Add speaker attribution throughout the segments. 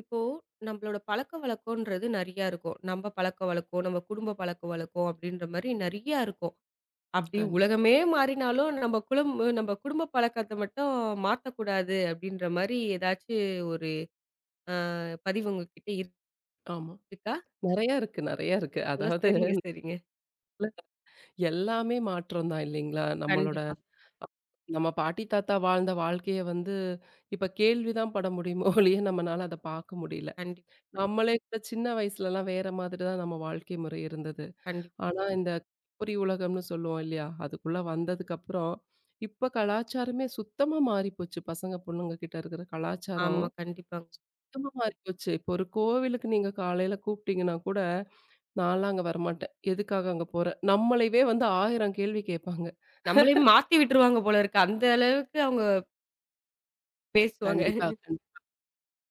Speaker 1: இப்போ நம்மளோட பழக்கவழக்கம்ன்றது நெறையா இருக்கும். நம்ம பழக்கவழக்கம், நம்ம குடும்ப பழக்கவழக்கம் அப்டின்ற மாரி நெறையா இருக்கும். அப்டி
Speaker 2: கண்டிப்
Speaker 1: உலகமே மாறினாலும் நம்ம குலம் நம்ம குடும்ப பழக்கத்த மட்டும் மாத்தக்கூடாது அப்டின்ற மாரி ஏதாச்சு ஒரு அ பதிவு உங்ககிட்ட
Speaker 2: ஆமா.
Speaker 1: இருக்கா?
Speaker 2: நெறையா இருக்கு, நெறையா இருக்கு.
Speaker 1: ஓ!
Speaker 2: அதாவது
Speaker 1: சரிங்க, சரிங்க.
Speaker 2: எல்லாமே மாற்றம் தான் இல்லைங்களா? நம்மளோட
Speaker 1: கண்டிப்பா,
Speaker 2: நம்ம பாட்டி, தாத்தா வாழ்ந்த வாழ்க்கைய வந்து இப்ப கேள்வி தான் பட முடியுமோ ஒழிய, நம்மனால அத பாக்க முடியல.
Speaker 1: கண்டிப்பா,
Speaker 2: நம்மளே கூட சின்ன வயசுலலாம் வேற மாதிரி தான் நம்ம வாழ்க்கை முறை இருந்தது.
Speaker 1: கண்டிப்பா.
Speaker 2: ஆனா இந்த பொறி உலகம்னு சொல்லுவோம் இல்லையா? அதுக்குள்ள வந்ததுக்கப்புறம், இப்ப கலாச்சாரமே சுத்தமா மாறிப்போச்சு. பசங்க, பொண்ணுங்க கிட்ட இருக்கிற கலாச்சாரம்.
Speaker 1: ஆமா, கண்டிப்பாங்க.
Speaker 2: சுத்தமா மாறி போச்சு. இப்போ ஒரு கோவிலுக்கு நீங்க காலையில கூப்பிட்டீங்கன்னா கூட, நான்லாம் அங்க வரமாட்டேன். எதுக்காக அங்க போற? நம்மளையவே வந்து 1000 கேள்வி கேட்பாங்க.
Speaker 1: நம்மளையும் மாத்தி விட்டுருவாங்க போல இருக்கு. அந்த அளவுக்கு அவங்க பேசுவாங்க.
Speaker 2: கண்டிப்பா.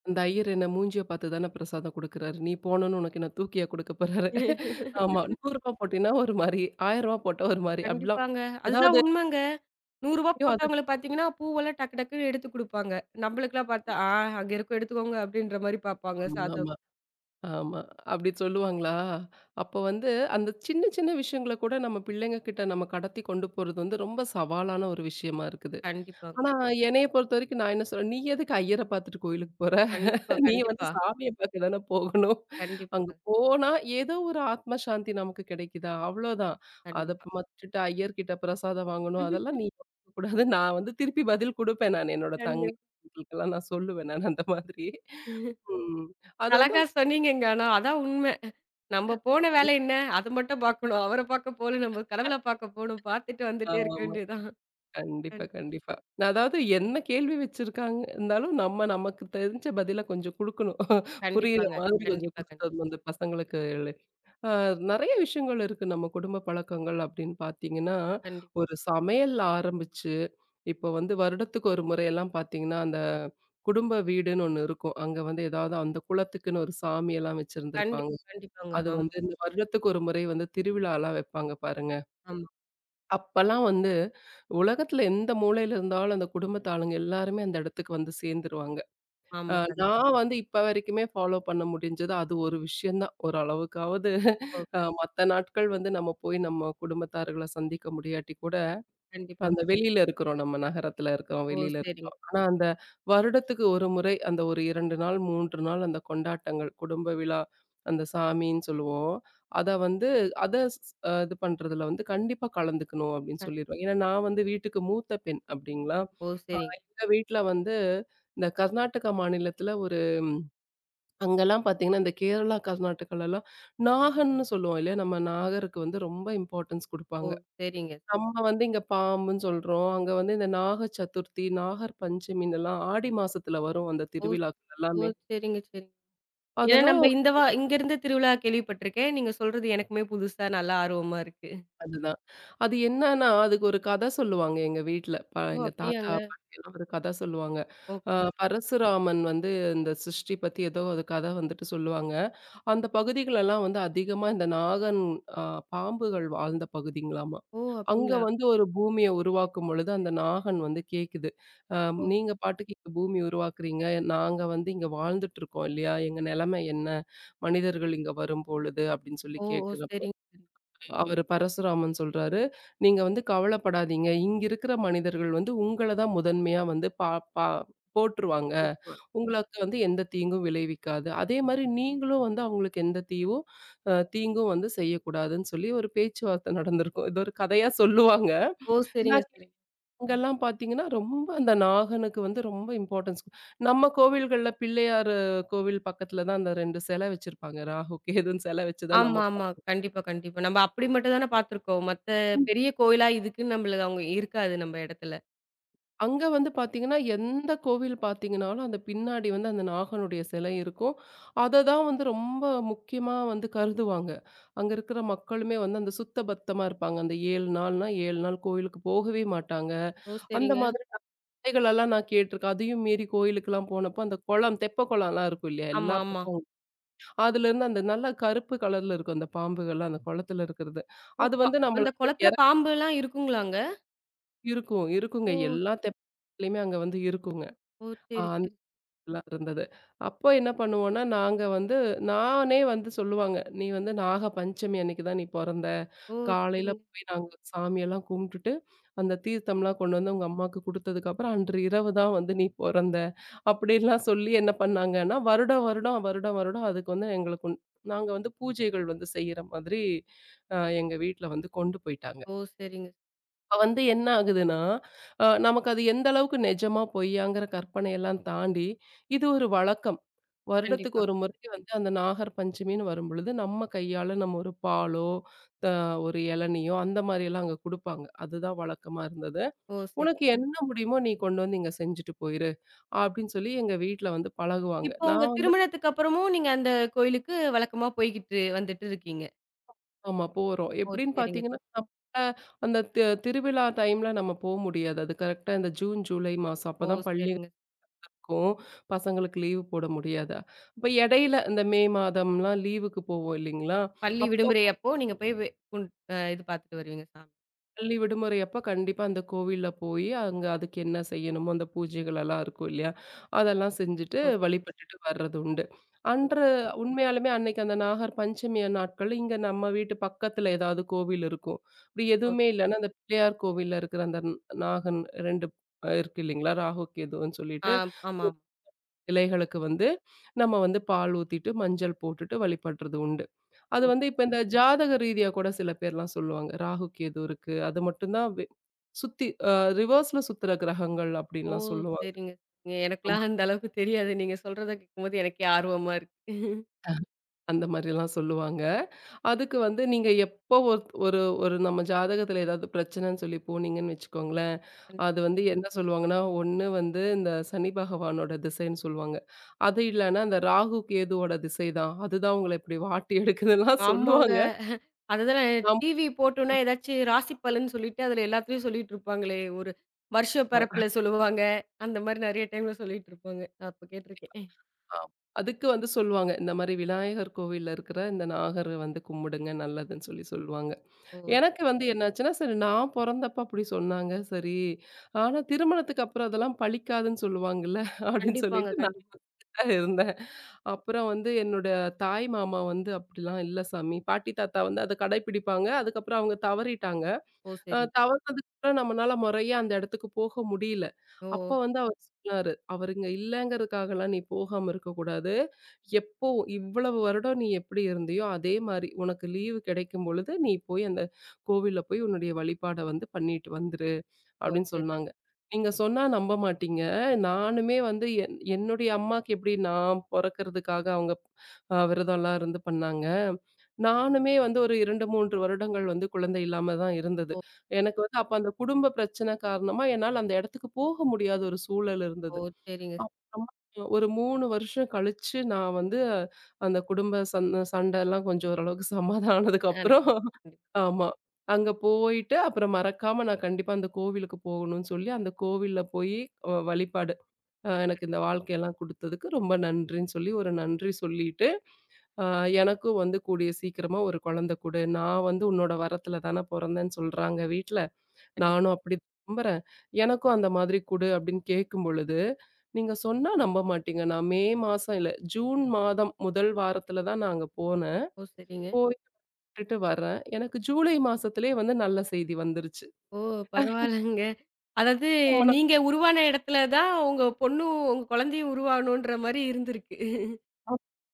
Speaker 2: அந்த ஐயர் என்ன மூஞ்சிய பார்த்து தானே பிரசாதம் குடுக்குறாரு. நீ போனோனே உனக்கு என்ன தூக்கியா குடுக்க போறாரு? ஆமா. ரூ. 100 ரூபாய் போட்டீன்னா ஒரு மாரி, ரூ. 1000 ரூபாய் போட்டா ஒரு மாரி. அப்படிலாம்.
Speaker 1: கண்டிப்பாங்க. அதுதான்
Speaker 2: அதாவது
Speaker 1: உண்மங்க. ரூ. 100
Speaker 2: ஐயோ! அது
Speaker 1: போட்டவங்கள பார்த்தீங்கன்னா, பூவெல்லாம் டக்கு டக்குன்னு எடுத்து குடுப்பாங்க. நம்மளுக்கெல்லாம் பார்த்தா, "ஆ அங்க இருக்கும் எடுத்துக்கோங்க" அப்படின்ற மாரி பார்ப்பாங்க.
Speaker 2: ஆமா,
Speaker 1: சாதம்
Speaker 2: ஆமா, ஆமா. அப்படி சொல்லுவாங்களா? அப்போ வந்து அந்த சின்ன சின்ன விஷயங்கள கூட நம்ம பிள்ளைங்க கிட்ட நம்ம கடத்தி கொண்டு போறது வந்து ரொம்ப சவாலான ஒரு விஷயமா இருக்குது.
Speaker 1: கண்டிப்பாங்க.
Speaker 2: ஆனா, என்னைய பொறுத்தவரைக்கும் நான் என்ன சொல்றேன், "நீ எதுக்கு ஐயர பார்த்துட்டு கோயிலுக்கு போற?
Speaker 1: கண்டிப்பா,
Speaker 2: நீ வந்து
Speaker 1: கண்டிப்பா.
Speaker 2: சாமிய பார்க்க தானே போகணும்.
Speaker 1: கண்டிப்பா,
Speaker 2: அங்க
Speaker 1: க
Speaker 2: போனா ஏதோ ஒரு ஆத்ம சாந்தி நமக்கு கிடைக்குதா? அவ்வளோதான். அத
Speaker 1: கண்டிப்பா.
Speaker 2: மத்துட்டு ஐயர்கிட்ட பிரசாதம் வாங்கணும்,
Speaker 1: ம்ஹ்ம்.
Speaker 2: அதெல்லாம் நீ வாங்கக் கூடாது." நான் வந்து திருப்பி பதில் குடுப்பேன் நான் என்னோட தங்கை
Speaker 1: கண்டிப்
Speaker 2: எல்லாம் நான் சொல்லுவேன் நான் அந்த மாதிரி. ம். அது வந்து
Speaker 1: அழகா சொன்னீங்கங்க. ஆனா அதான் உண்ம. நம்ம போன வேலை என்ன? அத மட்டும் பார்க்கணும். அவர பார்க்க போல, நம்ம கடவுள பார்க்க போணும். பார்த்துட்டு வந்துட்டே இருக்க
Speaker 2: ஆமா.
Speaker 1: வேண்டியதுதான்.
Speaker 2: கண்டிப்பா,
Speaker 1: கண்
Speaker 2: கண்டிப்பா. நான் அதாவது என்ன கேள்வி வச்சிருக்காங்க இருந்தாலும், நம்ம நமக்கு தெரிஞ்ச பதில கொஞ்சம் குடுக்கணும். புரியிற
Speaker 1: கண்டிப்பாங்க.
Speaker 2: மாதிரி கொஞ்சம்
Speaker 1: கண்டிப்பா, கண்
Speaker 2: குடுத்தரணும் அந்த பசங்களுக்கு. அ நெறைய விஷயங்கள் இருக்கு நம்ம குடும்ப பழக்கங்கள் அப்படின்னு பார்த்தீங்கன்னா,
Speaker 1: கண்டிப்
Speaker 2: ஒரு சமையல் ஆரம்பிச்சு, இப்போ வந்து வருடத்துக்கு ஒரு முறையெல்லாம் பார்த்தீங்கன்னா, அந்த குடும்ப வீடுன்னு ஒண்ணு இருக்கும். அங்க வந்து ஏதாவது அந்த குலத்துக்குன்னு ஒரு சாமியெல்லாம் வச்சிருந்திருப்பாங்க.
Speaker 1: கண்டிப்பாங்க.
Speaker 2: அது
Speaker 1: ஆமா,
Speaker 2: வந்து இந்த வருடத்துக்கு ஒரு முறை வந்து திருவிழாலாம் வைப்பாங்க பாருங்க.
Speaker 1: ஆமா,
Speaker 2: அப்பல்லாம் வந்து, உலகத்துல எந்த மூலையில இருந்தாலும் அந்த குடும்பத்து ஆளுங்க எல்லாருமே அந்த இடத்துக்கு வந்து சேர்ந்துருவாங்க. அ
Speaker 1: ஆமா. கண்டிப்பா.
Speaker 2: நான் வந்து இப்ப வரைக்குமே ஃபாலோ பண்ண முடிஞ்சது அது ஒரு விஷயம் தான். ஓரளவுக்காவது
Speaker 1: ஓ!
Speaker 2: மத்த நாட்கள் வந்து நம்ம போய் நம்ம குடும்பத்தார்கள சந்திக்க முடியாட்டி கூட,
Speaker 1: கண்டிப்பாங்க.
Speaker 2: அந்த வெளியில இருக்கிறோம். நம்ம நகரத்துல இருக்கிறோம்.
Speaker 1: ஓ!
Speaker 2: வெளியில
Speaker 1: சரிங்க.
Speaker 2: இருக்கிறோம். ஆனா, அந்த வருடத்துக்கு ஒரு முறை அந்த ஒரு 2 நாள், 3 நாள் அந்த கொண்டாட்டங்கள், குடும்ப விழா, அந்த சாமின்னு சொல்லுவோம். அத வந்து அத ஸ் அ இது பண்றதுல வந்து கண்டிப்பா கலந்துக்கணும் அப்படின்னு
Speaker 1: அ.
Speaker 2: சொல்லிருவேன். ஏன்னா, நான் வந்து வீட்டுக்கு மூத்த பெண் அப்படிங்களா.
Speaker 1: ஓ! சரிங்க.
Speaker 2: எங்க வீட்ல வந்து இந்த கர்நாடகா மாநிலத்துல ஒரு அங்கெல்லாம் பார்த்தீங்கன்னா, இந்த கேரளா, கர்நாடகாலலாம் நாகன்னு சொல்லுவோம் இல்லையா? நம்ம நாகருக்கு வந்து ரொம்ப இம்பார்ட்டன்ஸ்
Speaker 1: ஓ!
Speaker 2: குடுப்பாங்க.
Speaker 1: சரிங்க.
Speaker 2: நம்ம வந்து இங்க பாம்புன்னு சொல்றோம். அங்க வந்து இந்த நாக சதுர்த்தி, நாகர் பஞ்சமின்னுலாம் ஆடி மாசத்துல வரும் அந்த
Speaker 1: ஓ!
Speaker 2: திருவிழாக்கள்
Speaker 1: ஓ!
Speaker 2: எல்லாமே.
Speaker 1: சரிங்க, சரிங்க. ஏன்னா நம்ப
Speaker 2: அதெல்லாம்
Speaker 1: இந்த இங்கருந்து திருவிழா கேள்விப்பட்டுருக்கேன். நீங்க சொல்றது எனக்குமே புதுசா நல்லா ஆர்வமா இருக்கு.
Speaker 2: அதுதான். அது என்னன்னா, அதுக்கு ஒரு கதை சொல்லுவாங்க எங்க வீட்ல.
Speaker 1: ஓ!
Speaker 2: எங்க தாத்தா,
Speaker 1: அப்படியாங்க.
Speaker 2: பாட்டிலாம் ஒரு கதை சொல்லுவாங்க.
Speaker 1: ஓ
Speaker 2: அ பரசுராமன் வந்து இந்த சிருஷ்டி பத்தி ஏதோ ஒரு கதை வந்துட்டு சொல்லுவாங்க. அந்த பகுதிகளெல்லாம் வந்து அதிகமா இந்த நாகன் அ பாம்புகள் வாழ்ந்த பகுதிங்களாமா.
Speaker 1: ஓ!
Speaker 2: அங்க
Speaker 1: அப்படிங்களா?
Speaker 2: வந்து ஒரு பூமிய உருவாக்கும் பொழுது, அந்த நாகன் வந்து கேக்குது. அ
Speaker 1: ஓ
Speaker 2: "நீங்க பாட்டுக்கு இங்க பூமி உருவாக்குறீங்க. நாங்க வந்து இங்க வாழ்ந்துட்டுருக்கோம் இல்லையா? எங்க நிலைமை என்ன? மனிதர்கள் இங்க வரும்பொழுது" அப்படின்னு சொல்லி
Speaker 1: ஓ ஓ!
Speaker 2: கேட்குது.
Speaker 1: சரிங்க, சரிங்க.
Speaker 2: அவரு பரசுராமன் சொல்றாரு, "நீங்க வந்து கவலைப்படாதீங்க. இங்க இருக்கிற மனிதர்கள் வந்து உங்கள தான் முதன்மையா வந்து பா பா போற்றுவாங்க.
Speaker 1: போட்டுருவாங்க.
Speaker 2: உங்களுக்கு வந்து எந்த தீங்கும் விளைவிக்காது. அதேமாரி நீங்களும் வந்து அவங்களுக்கு எந்த தீவும் தீங்கும் வந்து செய்யக்கூடாதுன்னு" சொல்லி ஒரு பேச்சுவார்த்தை நடந்திருக்கும். இது ஒரு கதையா சொல்லுவாங்க.
Speaker 1: ஓ! சரிங்க,
Speaker 2: நான்
Speaker 1: சரிங்க.
Speaker 2: இங்கெல்லாம் பார்த்தீங்கன்னா, ரொம்ப அந்த நாகனுக்கு வந்து ரொம்ப இம்பார்ட்டன்ஸ். நம்ம கோவில்கள்ல பிள்ளையாரு கோவில் பக்கத்துல தான் அந்த 2 சிலை வச்சிருப்பாங்க. ராகு, கேதுன்னு சிலை வச்சு தான்
Speaker 1: ஆமா,
Speaker 2: நம்ம
Speaker 1: ஆமா. கண்டிப்பா, கண்டிப்பா. நம்ம அப்படி மட்டும் தான பார்த்துருக்கோம். மத்த பெரிய கோயிலா இதுக்குன்னு நம்மள அவங்க இருக்காது நம்ம இடத்துல.
Speaker 2: அங்க வந்து பார்த்தீங்கன்னா, எந்த கோவில் பார்த்தீங்கனாலும், அந்த பின்னாடி வந்து அந்த நாகனுடைய சிலை இருக்கும். அத தான் வந்து ரொம்ப முக்கியமா வந்து கருதுவாங்க. அங்க இருக்கிற மக்களுமே வந்து அந்த சுத்த பத்தமா இருப்பாங்க. அந்த 7 நாள்னா 7 நாள் கோவிலுக்கு போகவே மாட்டாங்க.
Speaker 1: ஓ!
Speaker 2: அந்த
Speaker 1: சரிங்க.
Speaker 2: மாதிரி கதைகளெல்லாம் நான் கேட்டுருக்கேன். அதையும் மீறி கோயிலுக்கெல்லாம் போனப்போ, அந்த குளம் தெப்ப குளம்லாம் இருக்கும் இல்லையா?
Speaker 1: ஆமா,
Speaker 2: எல்லா
Speaker 1: ஆமா.
Speaker 2: பக்கமும். அதுலேருந்து அந்த நல்ல கருப்பு கலர்ல இருக்கும் அந்த பாம்புகள்லாம் அந்த குளத்துல இருக்கிறது.
Speaker 1: ஓ!
Speaker 2: அது
Speaker 1: பா
Speaker 2: வந்து
Speaker 1: அந்த
Speaker 2: நம்மளுக்கு வந்து
Speaker 1: குளத்துல
Speaker 2: இறக்கி
Speaker 1: பாம்புலாம் இருக்குங்களாங்க?
Speaker 2: இருக்கும் இருக்குங்க.
Speaker 1: ஓ!
Speaker 2: எல்லா தெப்ப குளத்துலயுமே அங்க வந்து இருக்குங்க.
Speaker 1: ஓ!
Speaker 2: அ
Speaker 1: சரி, சரி.
Speaker 2: எல்லாம் இருந்தது. அப்போ என்ன பண்ணுவோம்னா, நாங்க வந்து நானே வந்து சொல்லுவாங்க. "நீ வந்து நாக பஞ்சமி அன்னைக்கு தான் நீ பொறந்த.
Speaker 1: ஓ!
Speaker 2: காலையில
Speaker 1: சரிங்க.
Speaker 2: போய் நாங்க சாமியெல்லாம் கும்பிட்டுட்டு, அந்த தீர்த்தம்லாம் கொண்டு வந்து உங்க அம்மாவுக்கு குடுத்ததுக்கப்புறம், அன்று இரவு தான் வந்து நீ பொறந்த." அப்படிலாம் சொல்லி என்ன பண்ணாங்கன்னா, வருடம் வருடம் வருடம் வருடம் அதுக்கு வந்து எங்களுக்கு உன்- நாங்க வந்து பூஜைகள் வந்து செய்ற மாதிரி அ எங்க வீட்ல வந்து கொண்டு போயிட்டாங்க.
Speaker 1: ஓ! சரிங்க.
Speaker 2: அப்ப வந்து என்ன ஆகுதுன்னா, நமக்கு அது எந்த அளவுக்கு நிஜமா, பொய்யாங்கிற கற்பனையெல்லாம் தாண்டி, இது ஒரு வழக்கம். வருடத்துக்கு
Speaker 1: கண்டிப்பா.
Speaker 2: ஒரு முறை வந்து அந்த நாகர் பஞ்சமின்னு வரும்பொழுது, நம்ம கையால நம்ம ஒரு பாலோ, த ஒரு இளநியோ அந்த மாரியெல்லாம் அங்க குடுப்பாங்க. அதுதான் வழக்கமா இருந்தது.
Speaker 1: ஓ! சரி.
Speaker 2: "உனக்கு என்ன முடியுமோ நீ கொண்டு வந்து இங்க செஞ்சுட்டு போயிரு" அப்படின்னு சொல்லி எங்க வீட்ல வந்து பழகுவாங்க.
Speaker 1: இப்போ உங்க
Speaker 2: நான் வந்து
Speaker 1: திருமணத்துக்கு அப்புறமும் நீங்க அந்த கோயிலுக்கு வழக்கமா போய்க்கிட்டு வந்துட்டு இருக்கீங்க.
Speaker 2: ஆமா போறோம்.
Speaker 1: ஓ!
Speaker 2: எப்படின்னு
Speaker 1: சரிங்க.
Speaker 2: பார்த்தீங்கன்னா, நம்ம அந்த திருவிழா டைம்ல நம்ம போ முடியாது. அது கரெக்ட்டா இந்த ஜூன், ஜூலை மாசம்.
Speaker 1: ஓ!
Speaker 2: அப்பதான் பள்ளி
Speaker 1: சரிங்க.
Speaker 2: இருக்கும். பசங்களுக்கு லீவு போட முடியாது. அப்ப இடையில இந்த மே மாதம்லாம் லீவுக்கு போவோம் இல்லைங்களா?
Speaker 1: பள்ளி
Speaker 2: அப்போ
Speaker 1: விடுமுறை அப்போ நீங்க போய் வே கும் அ இது பார்த்துட்டு வருவீங்க சாமி.
Speaker 2: பள்ளி விடுமுறை அப்ப கண்டிப்பா அந்த கோவில்ல போயி, அங்க அதுக்கு என்ன செய்யணுமோ அந்த பூஜைகள் எல்லாம் இருக்கும் இல்லையா? அதெல்லாம் செஞ்சுட்டு
Speaker 1: ஓ! சரி.
Speaker 2: வழிபட்டுட்டு வர்றது உண்டு.
Speaker 1: ஓ!
Speaker 2: அன்று உண்மையாலுமே அன்னைக்கு அந்த நாகர் பஞ்சமி நாட்கள் இங்க நம்ம வீட்டு பக்கத்துல ஏதாவது கோவில் இருக்கும். அப்படி
Speaker 1: ஓ!
Speaker 2: எதுவுமே இல்லன்னா, அந்த பிள்ளையார் கோவில்ல இருக்கிற அந்த நாகன் 2 இருக்கு இல்லைங்களா? ராகு கேதுன்னு
Speaker 1: ஆ
Speaker 2: சொல்லிட்டு
Speaker 1: ஆமா,
Speaker 2: சிலைகளுக்கு வந்து, நம்ம வந்து பால் ஊத்திட்டு, மஞ்சள் போட்டுட்டு வழிபடுறது உண்டு. அது
Speaker 1: ஆமா.
Speaker 2: வந்து இப்ப இந்த ஜாதக ரீதியா கூட சில பேர்லாம் சொல்லுவாங்க. ராகு, கேது இருக்கு. அது மட்டும் தான் சுத்தி ரிவர்ஸ்ல சுத்துற கிரகங்கள்
Speaker 1: ஓ!
Speaker 2: அப்டின்லாம் சொல்லுவாங்க.
Speaker 1: சரிங்க. நீங்க- எனக்கெல்லாம் அந்த அளவுக்கு தெரியாது. நீங்க சொல்றத கேட்கும்போது எனக்கே ஆர்வமா இருக்கு.
Speaker 2: அந்த மாதிரிலாம் சொல்லுவாங்க. அதுக்கு வந்து நீங்க எப்போ ஒரு ஒரு ஒரு நம்ம ஜாதகத்தில ஏதாவது பிரச்சனைன்னு சொல்லி போனீங்கன்னு வச்சுக்கோங்களேன்,
Speaker 1: கண்டிப்
Speaker 2: அது வந்து என்ன சொல்லுவாங்கன்னா, ஒண்ணு வந்து இந்த சனி பகவானோட திசைன்னு சொல்லுவாங்க. அது இல்லன்னா அந்த ராகு, கேதுவோட திசை தான். அதுதான் உங்கள இப்படி வாட்டி எடுக்குதுலாம்
Speaker 1: ஆமாங்க.
Speaker 2: சொல்லுவாங்க.
Speaker 1: அதுதான் டிவி போட்டோம்னா ஏதாச்சும் ராசி பலன் சொல்லிட்டு அதுல எல்லாத்துலயும் சொல்லிட்டு இருப்பாங்களே! ஒரு வருஷ
Speaker 2: ஆமா.
Speaker 1: பிறப்புல சொல்லுவாங்க. அந்த மாரி நெறைய டைம்ல சொல்லிட்டு இருப்பாங்க. அப்ப கேட்டுருக்கேன்.
Speaker 2: ஆம். அதுக்கு வந்து சொல்லுவாங்க. இந்த மாரி விநாயகர் கோவில்ல இருக்கிற இந்த நாகர வந்து கும்பிடுங்க நல்லதுன்னு சொல்லி சொல்லுவாங்க.
Speaker 1: ஓ!
Speaker 2: எனக்கு வந்து என்னாச்சுன்னா, சரி நான் பொறந்தப்ப அப்படி சொன்னாங்க. சரி, ஆனா திருமணத்துக்கு அப்புறம் அதெல்லாம் பலிக்காதுன்னு சொல்லுவாங்கல்ல, அப்படின்னு
Speaker 1: கண்டிப்பாங்க,
Speaker 2: சொல்லிட்டு நான்
Speaker 1: கண்டிப்பா.
Speaker 2: தான் இருந்தேன். அப்புறம் வந்து என்னோட தாய் மாமா வந்து அப்படிலாம் இல்ல சாமி, பாட்டி தாத்தா வந்து அத கடைப்பிடிப்பாங்க. அதுக்கப்புறம் அவங்க தவறிட்டாங்க.
Speaker 1: ஓ! சரிங்க.
Speaker 2: தவறுனதுக்கப்புறம் நம்மனால முறையா அந்த இடத்துக்கு போக முடியல.
Speaker 1: ஓ!
Speaker 2: அப்ப வந்து அவர் சொன்னாரு, "அவரு இங்க இல்லங்கிறதுக்காகலாம் நீ போகாம இருக்கக்கூடாது. எப்பவும் இவ்வளவு வருடம் நீ எப்படி இருந்தியோ, அதே மாரி உனக்கு லீவு கிடைக்கும் பொழுது, நீ போய் அந்த கோவில்ல போய் உன்னுடைய வழிபாட வந்து பண்ணிட்டு வந்துரு."
Speaker 1: ஓ!
Speaker 2: அப்படின்னு
Speaker 1: சரி.
Speaker 2: சொன்னாங்க. நீங்க சொன்னா நம்ப மாட்டீங்க. நானுமே வந்து என்னுடைய அம்மாக்கு எப்படி நான் பொறக்கிறதுக்காக அவங்க விரதம்லாம் இருந்து பண்ணாங்க. நானுமே வந்து ஒரு 2, 3 வருடங்கள் வந்து குழந்தை இல்லாம தான் இருந்தது.
Speaker 1: ஓ! சரி.
Speaker 2: எனக்கு வந்து அப்ப அந்த குடும்ப பிரச்சனை காரணமா என்னால அந்த இடத்துக்கு போக முடியாத ஒரு சூழல்
Speaker 1: ஓ!
Speaker 2: இருந்தது.
Speaker 1: சரிங்க.
Speaker 2: அப்புறமா ஒரு 3 வருஷம் கழிச்சு நான் வந்து அந்த குடும்ப சண்டைலாம் கொஞ்சம் ஓரளவுக்கு சமாதானம்
Speaker 1: எனக்கு
Speaker 2: ஆனதுக்கப்புறம்
Speaker 1: கண்டிப்
Speaker 2: ஆமா. அங்க போயிட்டு அப்புறம் மறக்காம நான் கண்டிப்பா அந்த கோவிலுக்கு போகணும்னு சொல்லி, அந்த கோவில்ல போயி வழிபாடு. எனக்கு இந்த வாழ்க்கையெல்லாம் குடுத்ததுக்கு ரொம்ப நன்றின்னு சொல்லி ஒரு நன்றி சொல்லிட்டு, அ எனக்கும் வந்து கூடிய சீக்கிரமா ஒரு குழந்தை குடு. நான் வந்து உன்னோட வரத்தில தானே பொறந்தேன்னு சொல்றாங்க வீட்ல.
Speaker 1: கண்டிப்பா.
Speaker 2: நானும் அப்படி நம்புறேன். எனக்கும் அந்த மாதிரி குடு அப்படின்னு கேட்கும் பொழுது, நீங்க சொன்னா நம்ப மாட்டீங்க. நான் மே மாசம் இல்ல, ஜூன் மாதம் முதல் வாரத்தில தான் நான் அங்க போனேன்.
Speaker 1: ஓ! சரிங்க.
Speaker 2: விட்டுட்டு வரேன். எனக்கு ஜூலை மாசத்திலேயே வந்து நல்ல செய்தி வந்துருச்சு.
Speaker 1: ஓ! பரவால்லங்க. அதாவது
Speaker 2: நம்ம ந
Speaker 1: நீங்க உருவான இடத்துல தான் உங்க பொண்ணும், உங்க குழந்தையும் உருவாகணுன்ற மாரி இருந்திருக்கு.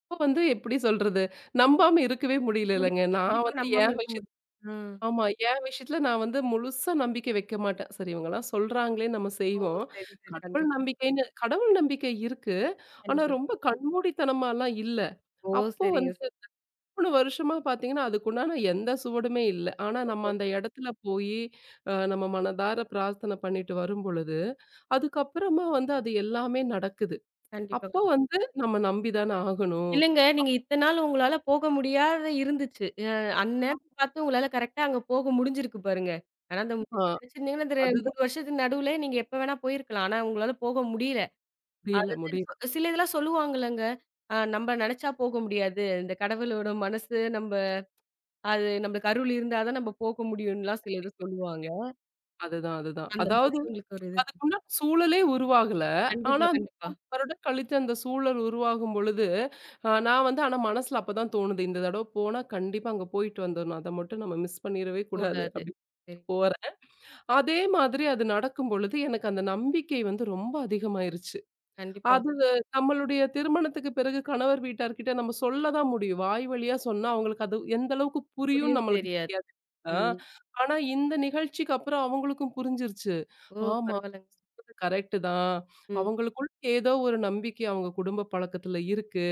Speaker 2: அப்ப வந்து எப்படி சொல்றது? நம்பாம இருக்கவே
Speaker 1: முடியும்.
Speaker 2: முடியலலங்க. நான்
Speaker 1: கண்டிப்பா
Speaker 2: வந்து
Speaker 1: நம்பாம
Speaker 2: என்
Speaker 1: இருக்க
Speaker 2: விஷயத்
Speaker 1: முடியாது. ஆ.
Speaker 2: ஆமா. என் விஷயத்துல நான் வந்து முழுசா நம்பிக்கை வைக்க மாட்டேன். சரி இவங்கலாம் சொல்றாங்களே நம்ம
Speaker 1: ஓ!
Speaker 2: செய்வோம்.
Speaker 1: சரி, சரி.
Speaker 2: கடவுள்
Speaker 1: கண்டிப்பா,
Speaker 2: நம்பிக்கைன்னு கடவுள் நம்பிக்கை இருக்கு. ஆனா
Speaker 1: கண்டிப்பா.
Speaker 2: ரொம்ப கண்மூடித்தனமாலாம் இல்ல.
Speaker 1: ஓ!
Speaker 2: அப்போ
Speaker 1: சரிங்க.
Speaker 2: வந்து 3 வருஷமா பார்த்தீங்கன்னா, அதுக்குண்டான எந்த சுவடுமே இல்ல. ஆனா, நம்ம
Speaker 1: ஓ!
Speaker 2: அந்த இடத்துல போயி, நம்ம மனதார பிரார்த்தனை பண்ணிட்டு வரும்பொழுது, அதுக்கப்புறமா வந்து அது எல்லாமே நடக்குது.
Speaker 1: கண்டிப்பா.
Speaker 2: அப்போ வந்து நம்ம நம்பி தான ஆகணும்.
Speaker 1: இல்லங்க. நீங்க இத்தன நாள் உங்களால போக முடியாத இருந்துச்சு. அந்நேரம் பார்த்து உங்களால கரெக்ட்டா அங்க போக முடிஞ்சிருக்கு பாருங்க. ஆனா அந்த
Speaker 2: ஆ
Speaker 1: நெனச்சிருந்தீங்கன்னா, இந்த
Speaker 2: அதுதான்
Speaker 1: 3 வருஷத்துக்கு நடுவுல நீங்க எப்ப வேணா போயிருக்கலாம். ஆனா உங்களால போக முடியல.
Speaker 2: புரியல
Speaker 1: அதாவது
Speaker 2: முடியல.
Speaker 1: சில இதெல்லாம் சொல்லுவாங்கல்லங்க. நம்ம நெனச்சா போக முடியாது. இந்த கடவுளோட மனசு நம்ப அது நம்மளுக்கு அருள் இருந்தா தான் நம்ம போக முடியும்லாம் சில இது சொல்லுவாங்க.
Speaker 2: அதுதான், அதுதான்.
Speaker 1: அந்த மாதிரி
Speaker 2: அதாவது
Speaker 1: உங்களுக்கு ஒரு இது இருக்கு.
Speaker 2: அதுக்குண்டான சூழலே உருவாகல. ஆனா,
Speaker 1: கண்டிப்பா,
Speaker 2: அந்த
Speaker 1: கண்டிப்பா.
Speaker 2: வருடம் கழித்து அந்த சூழல் உருவாகும் பொழுது, நான் வந்து ஆனா மனசுல அப்பதான் தோணுது, "இந்த தடவ போனா கண்டிப்பா அங்க போயிட்டு வந்துரணும். அத மட்டும் நம்ம மிஸ் பண்ணிறவே கூடாது."
Speaker 1: கூடாது.
Speaker 2: அப்படின்னு
Speaker 1: சரி.
Speaker 2: போறேன். அதே மாதிரி அது நடக்கும் பொழுது, எனக்கு அந்த நம்பிக்கை வந்து ரொம்ப அதிகமாயிருச்சு.
Speaker 1: கண்டிப்பா.
Speaker 2: அது நம்மளுடைய திருமணத்துக்கு பிறகு கணவர் வீட்டார்கிட்ட நம்ம சொல்ல தான் முடியும். வாய் வழியா சொன்னா அவங்களுக்கு அது எந்த அளவுக்கு புரியும்னு
Speaker 1: புரியும்
Speaker 2: நம்மளுக்கு
Speaker 1: தெரியாது.
Speaker 2: தெரியாது. ஆ
Speaker 1: ம்.
Speaker 2: ஆனா இந்த நிகழ்ச்சிக்கு அப்புறம் அவங்களுக்கும் புரிஞ்சிருச்சு.
Speaker 1: ஓ!
Speaker 2: ஆமா
Speaker 1: பரவால்லங்க.
Speaker 2: கரெக்ட்டு தான்.
Speaker 1: ம்.
Speaker 2: அவங்களுக்குள்ள ஏதோ ஒரு நம்பிக்கை அவங்க குடும்ப பழக்கத்துல இருக்கு.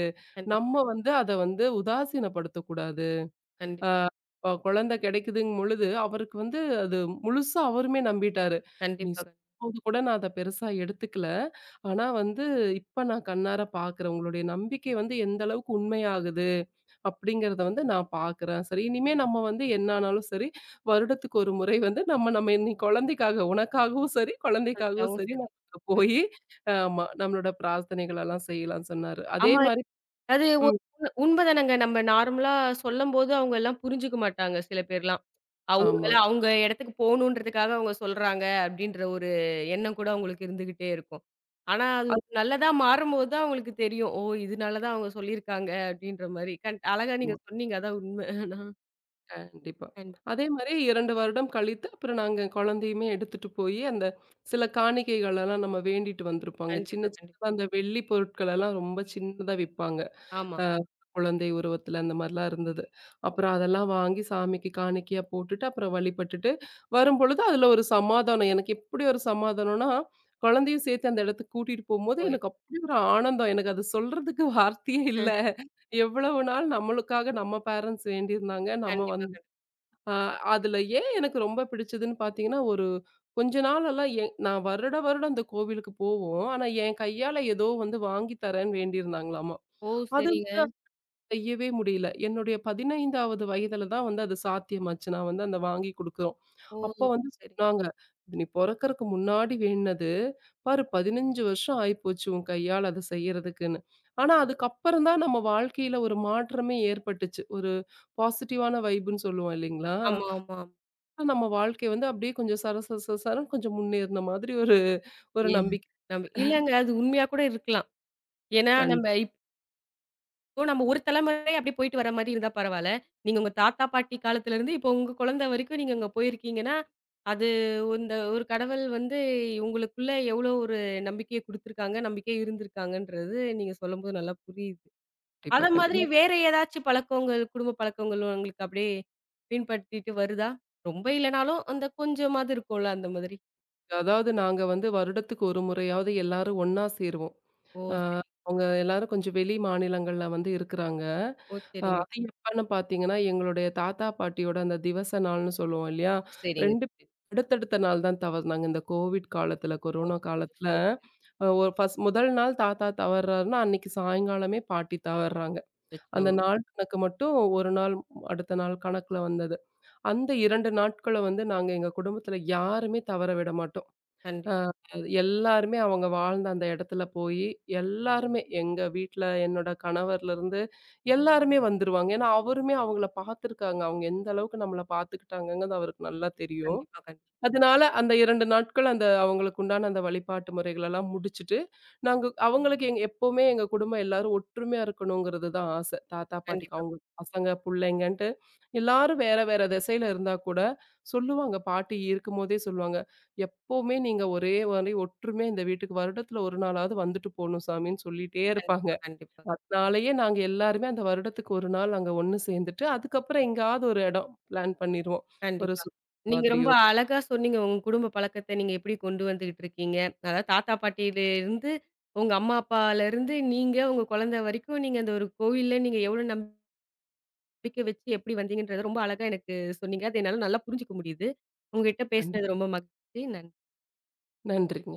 Speaker 2: நம்ம
Speaker 1: கண்டிப்பா,
Speaker 2: வந்து அத வந்து உதாசீனப்படுத்தக்கூடாது.
Speaker 1: கண்டிப்பா.
Speaker 2: குழந்தை கிடைக்குதுங்கும் பொழுது, அவருக்கு வந்து அது முழுசா அவருமே நம்பிட்டாரு. நீ
Speaker 1: கண்டிப்பா.
Speaker 2: சொன்னபோது கூட நான் அத பெருசா எடுத்துக்கல. ஆனா வந்து இப்ப நான் கண்ணார பார்க்குறேன். உங்களுடைய நம்பிக்கை வந்து எந்த அளவுக்கு உண்மையாகுது அப்படிங்கிறத வந்து நான் பார்க்குறேன். சரி இனிமே நம்ம வந்து என்ன ஆனாலும் சரி, வருடத்துக்கு ஒரு முறை வந்து நம்ம நம்ம நீ குழந்தைக்காக உனக்காகவும் சரி, குழந்தைக்காகவும்
Speaker 1: கண்டிப்பாவும்
Speaker 2: சரி
Speaker 1: சரி.
Speaker 2: நம்ம
Speaker 1: ம்.
Speaker 2: போயி ஆமா நம்மளோட பிரார்த்தனைகள் எல்லாம் செய்யலாம்னு சொன்னாரு. அதே
Speaker 1: ஆமா.
Speaker 2: மாரி
Speaker 1: அது உ
Speaker 2: ம்.
Speaker 1: உண்மதானங்க. நம்ம நார்மலா சொல்லம்போது அவங்க எல்லாம் புரிஞ்சுக்க மாட்டாங்க சில பேர்லாம்.
Speaker 2: ஆமா.
Speaker 1: ஒருவேளை அவங்க இடத்துக்கு போணுன்றதுக்காக அவங்க சொல்றாங்க அப்படின்ற ஒரு எண்ணம் கூட அவங்களுக்கு இருந்துகிட்டே இருக்கும். ஆனா அது ஒரு நல்லதா மாறும்போது தான் அவங்களுக்கு தெரியும். ஓ! இதனால தான் அவங்க சொல்லியிருக்காங்க அப்படின்ற மாரி. அழகா நீங்க சொன்னீங்க. அதான் உண்ம.
Speaker 2: கண்டிப்பா.
Speaker 1: கண்
Speaker 2: அதே மாரி 2 வருடம் கழித்து, அப்புறம் நாங்க குழந்தையுமே எடுத்துட்டு போயி, அந்த சில காணிக்கைகள் எல்லாம் நம்ம வேண்டிட்டு வந்திருப்பாங்க. சின்ன
Speaker 1: கண்டிப்பா, கண்டிப்பா.
Speaker 2: சின்னதா அந்த வெள்ளி பொருட்கள் எல்லாம் ரொம்ப சின்னதா விப்பாங்க.
Speaker 1: ஆமா.
Speaker 2: அ குழந்தை உருவத்துல அந்த மாரிலாம் இருந்தது. அப்புறம் அதெல்லாம் வாங்கி சாமிக்கு காணிக்கையா போட்டுட்டு, அப்புறம் வழிபட்டுட்டு வரும்பொழுது, அதுல ஒரு சமாதானம். எனக்கு எப்படி ஒரு சமாதானம்னா, குழந்தையும் சேர்த்து அந்த இடத்துக்கு கூட்டிட்டு போம்போது, எனக்கு
Speaker 1: போயிடும்.
Speaker 2: அப்படி ஒரு ஆனந்தம். எனக்கு அது சொல்றதுக்கு வார்த்தையே இல்ல.
Speaker 1: அ
Speaker 2: எவ்வளவு நாள் நம்மளுக்காக நம்ம பேரண்ட்ஸ் வேண்டியிருந்தாங்க. நம்ம
Speaker 1: கண்டிப்பா,
Speaker 2: வந்து
Speaker 1: கண்டிப்பா.
Speaker 2: அ அதுல ஏன் எனக்கு ரொம்ப பிடிச்சதுன்னு பார்த்தீங்கன்னா, ஒரு கொஞ்ச நாளெல்லாம் நான் வருட வருடம் அந்த கோவிலுக்கு போவோம். ஆனா, என் கையால ஏதோ வந்து வாங்கி தரேன்னு வேண்டியிருந்தாங்களாமா.
Speaker 1: ஓ!
Speaker 2: அது வந்து
Speaker 1: சரிங்க.
Speaker 2: அது செய்யவே முடியல. என்னுடைய 15வது வயதுல தான் வந்து அது சாத்தியமாச்சு. நான் வந்து அந்த வாங்கி குடுக்குறோம்.
Speaker 1: ஓ!
Speaker 2: அப்போ வந்து
Speaker 1: சரி.
Speaker 2: சொன்னாங்க, "இது நீ பொறக்கறக்கு முன்னாடி வேண்டுனது, பாரு 15 வருஷம் ஆயிப்போச்சு உன் கையால அத செய்யறதுக்குன்னு." ஆனா, அதுக்கப்புறம் தான் நம்ம வாழ்க்கையில ஒரு மாற்றமே ஏற்பட்டுச்சு. ஒரு பாசிட்டிவான வைப்ன்னு சொல்லுவோம் இல்லைங்களா?
Speaker 1: ஆமா, ஆமா.
Speaker 2: நம்ம வாழ்க்கை வந்து அப்படியே கொஞ்சம் சர சர சர சரன்னு கொஞ்சம் முன்னேறின மாதிரி ஒரு ஒரு
Speaker 1: ஏ
Speaker 2: நம்பிக்கை.
Speaker 1: நம்ப இல்லங்க. அது உண்மையா கூட இருக்கலாம். ஏன்னா நம்ப இப்போ நம்ம ஒரு தலைமுறை அப்டியே போயிட்டு வர மாரி இருந்தா பரவால்ல. நீங்க உங்க தாத்தா, பாட்டி காலத்துலருந்து இப்போ உங்க குழந்தை வரைக்கும் நீங்க அங்க போயிருக்கீங்கன்னா, அது இந்த ஒரு கடவுள் வந்து உங்களுக்குள்ள எவ்ளோ ஒரு நம்பிக்கைய குடுத்துருக்காங்க, நம்பிக்கை இருந்திருக்காங்கன்றது நீங்க சொல்லும்போது நல்லா புரியுது. அத
Speaker 2: கண்டிப்பா,
Speaker 1: மாதிரி
Speaker 2: கண்டிப்பா.
Speaker 1: வேற ஏதாச்சும் பழக்கங்கள், குடும்ப பழக்கங்கள் உங்களுக்கு அப்டியே பின்பற்றிட்டு வருதா? ரொம்ப இல்லனாலும் அந்த கொஞ்சமாவது இருக்கும்ல அந்த மாதிரி.
Speaker 2: அதாவது நாங்க வந்து வருடத்துக்கு ஒரு முறையாவது எல்லாரும் ஒண்ணா சேருவோம்.
Speaker 1: ஓ!
Speaker 2: அ
Speaker 1: சரி.
Speaker 2: அவங்க எல்லாரும் கொஞ்சம் வெளி மாநிலங்கள்ல வந்து இருக்கிறாங்க.
Speaker 1: ஓ! சரிங்க.
Speaker 2: அது எப்பன்னு பார்த்தீங்கன்னா, எங்களுடைய தாத்தா, பாட்டியோட அந்த திவச நாள்னு சொல்லுவோம் இல்லையா?
Speaker 1: ஓ! சரிங்க.
Speaker 2: 2 அடுத்தடுத்த நாள் தான் தவறுனாங்க. இந்த கோவிட் காலத்துல,
Speaker 1: ஓ!
Speaker 2: கொரோனா
Speaker 1: சரி.
Speaker 2: காலத்துல,
Speaker 1: சரி.
Speaker 2: ஒரு ஃபர்ஸ்ட் முதல் நாள் தாத்தா தவறுறாருன்னா, அன்னைக்கு சாயங்காலமே பாட்டி தவறுறாங்க.
Speaker 1: அச்சச்சோ!
Speaker 2: அந்த நாள் கணக்கு மட்டும் 1 நாள் அடுத்த நாள் கணக்குல வந்தது. அந்த 2 நாட்கள வந்து நாங்க எங்க குடும்பத்துல யாருமே தவற விட மாட்டோம். அ
Speaker 1: கண்டிப்
Speaker 2: எல்லாருமே அவங்க வாழ்ந்த அந்த இடத்துல போயி, எல்லாருமே எங்க வீட்ல என்னோட கணவர்லருந்து எல்லாருமே வந்துருவாங்க. ஏன்னா, அவருமே அவங்கள பார்த்துருக்காங்க. அவங்க எந்த அளவுக்கு நம்மள பார்த்துக்கிட்டாங்கங்கிறது அவருக்கு நல்லா தெரியும்.
Speaker 1: கண்டிப்பா, கண்
Speaker 2: அதனால அந்த 2 நாட்கள் அந்த அவங்களுக்கு உண்டான அந்த வழிபாட்டு முறைகளெல்லாம் முடிச்சுட்டு, நாங்க அவங்களுக்கு எப்பவுமே எங்க குடும்பம் எல்லாரும் ஒற்றுமையா இருக்கணுங்கிறது தான் ஆசை. தாத்தா, பாட்டிக்கு
Speaker 1: கண்டிப்பா,
Speaker 2: அவங்க பசங்க, புள்ளைங்கன்ட்டு எல்லாரும் வேற வேற திசையில இருந்தா கூட சொல்லுவாங்க. பாட்டி இருக்கும்போதே சொல்லுவாங்க, "எப்பவுமே நீங்க ஒரே மாரி ஒற்றுமையா இந்த வீட்டுக்கு வருடத்துல 1 நாளாவது வந்துட்டு போணும் சாமின்னு" சொல்லிட்டே இருப்பாங்க.
Speaker 1: கண்டிப்பா, கண்டிப்பா,
Speaker 2: அதனாலயே நாங்க எல்லாருமே அந்த வருடத்துக்கு 1 நாள் அங்க ஒண்ணு சேர்ந்துட்டு, அதுக்கப்புறம் எங்கேயாவது ஒரு இடம் பிளான் பண்ணிருவோம். ஒரு
Speaker 1: கண்டிப்பா.
Speaker 2: சுற்றுலா
Speaker 1: நீங்க ரொம்ப
Speaker 2: மாதிரியோ
Speaker 1: அழகா சொன்னீங்க. உங்க குடும்ப பழக்கத்த நீங்க எப்படி கொண்டு வந்துகிட்டு இருக்கீங்க. அதாவது தாத்தா பாட்டியில இருந்து, உங்க அம்மா அப்பாலருந்து நீங்க, உங்க குழந்தை வரைக்கும் நீங்க அந்த ஒரு கோவில்ல நீங்க எவ்வளோ நம்பிக்கை வச்சு எப்படி வந்தீங்கன்றத ரொம்ப அழகா எனக்கு சொன்னீங்க. அது என்னால நல்லா புரிஞ்சுக்க முடியுது. உங்ககிட்ட
Speaker 2: கண்டிப்பா.
Speaker 1: பேசினது ரொம்ப மகிழ்ச்சி. நன்றி.
Speaker 2: நன்றிங்க.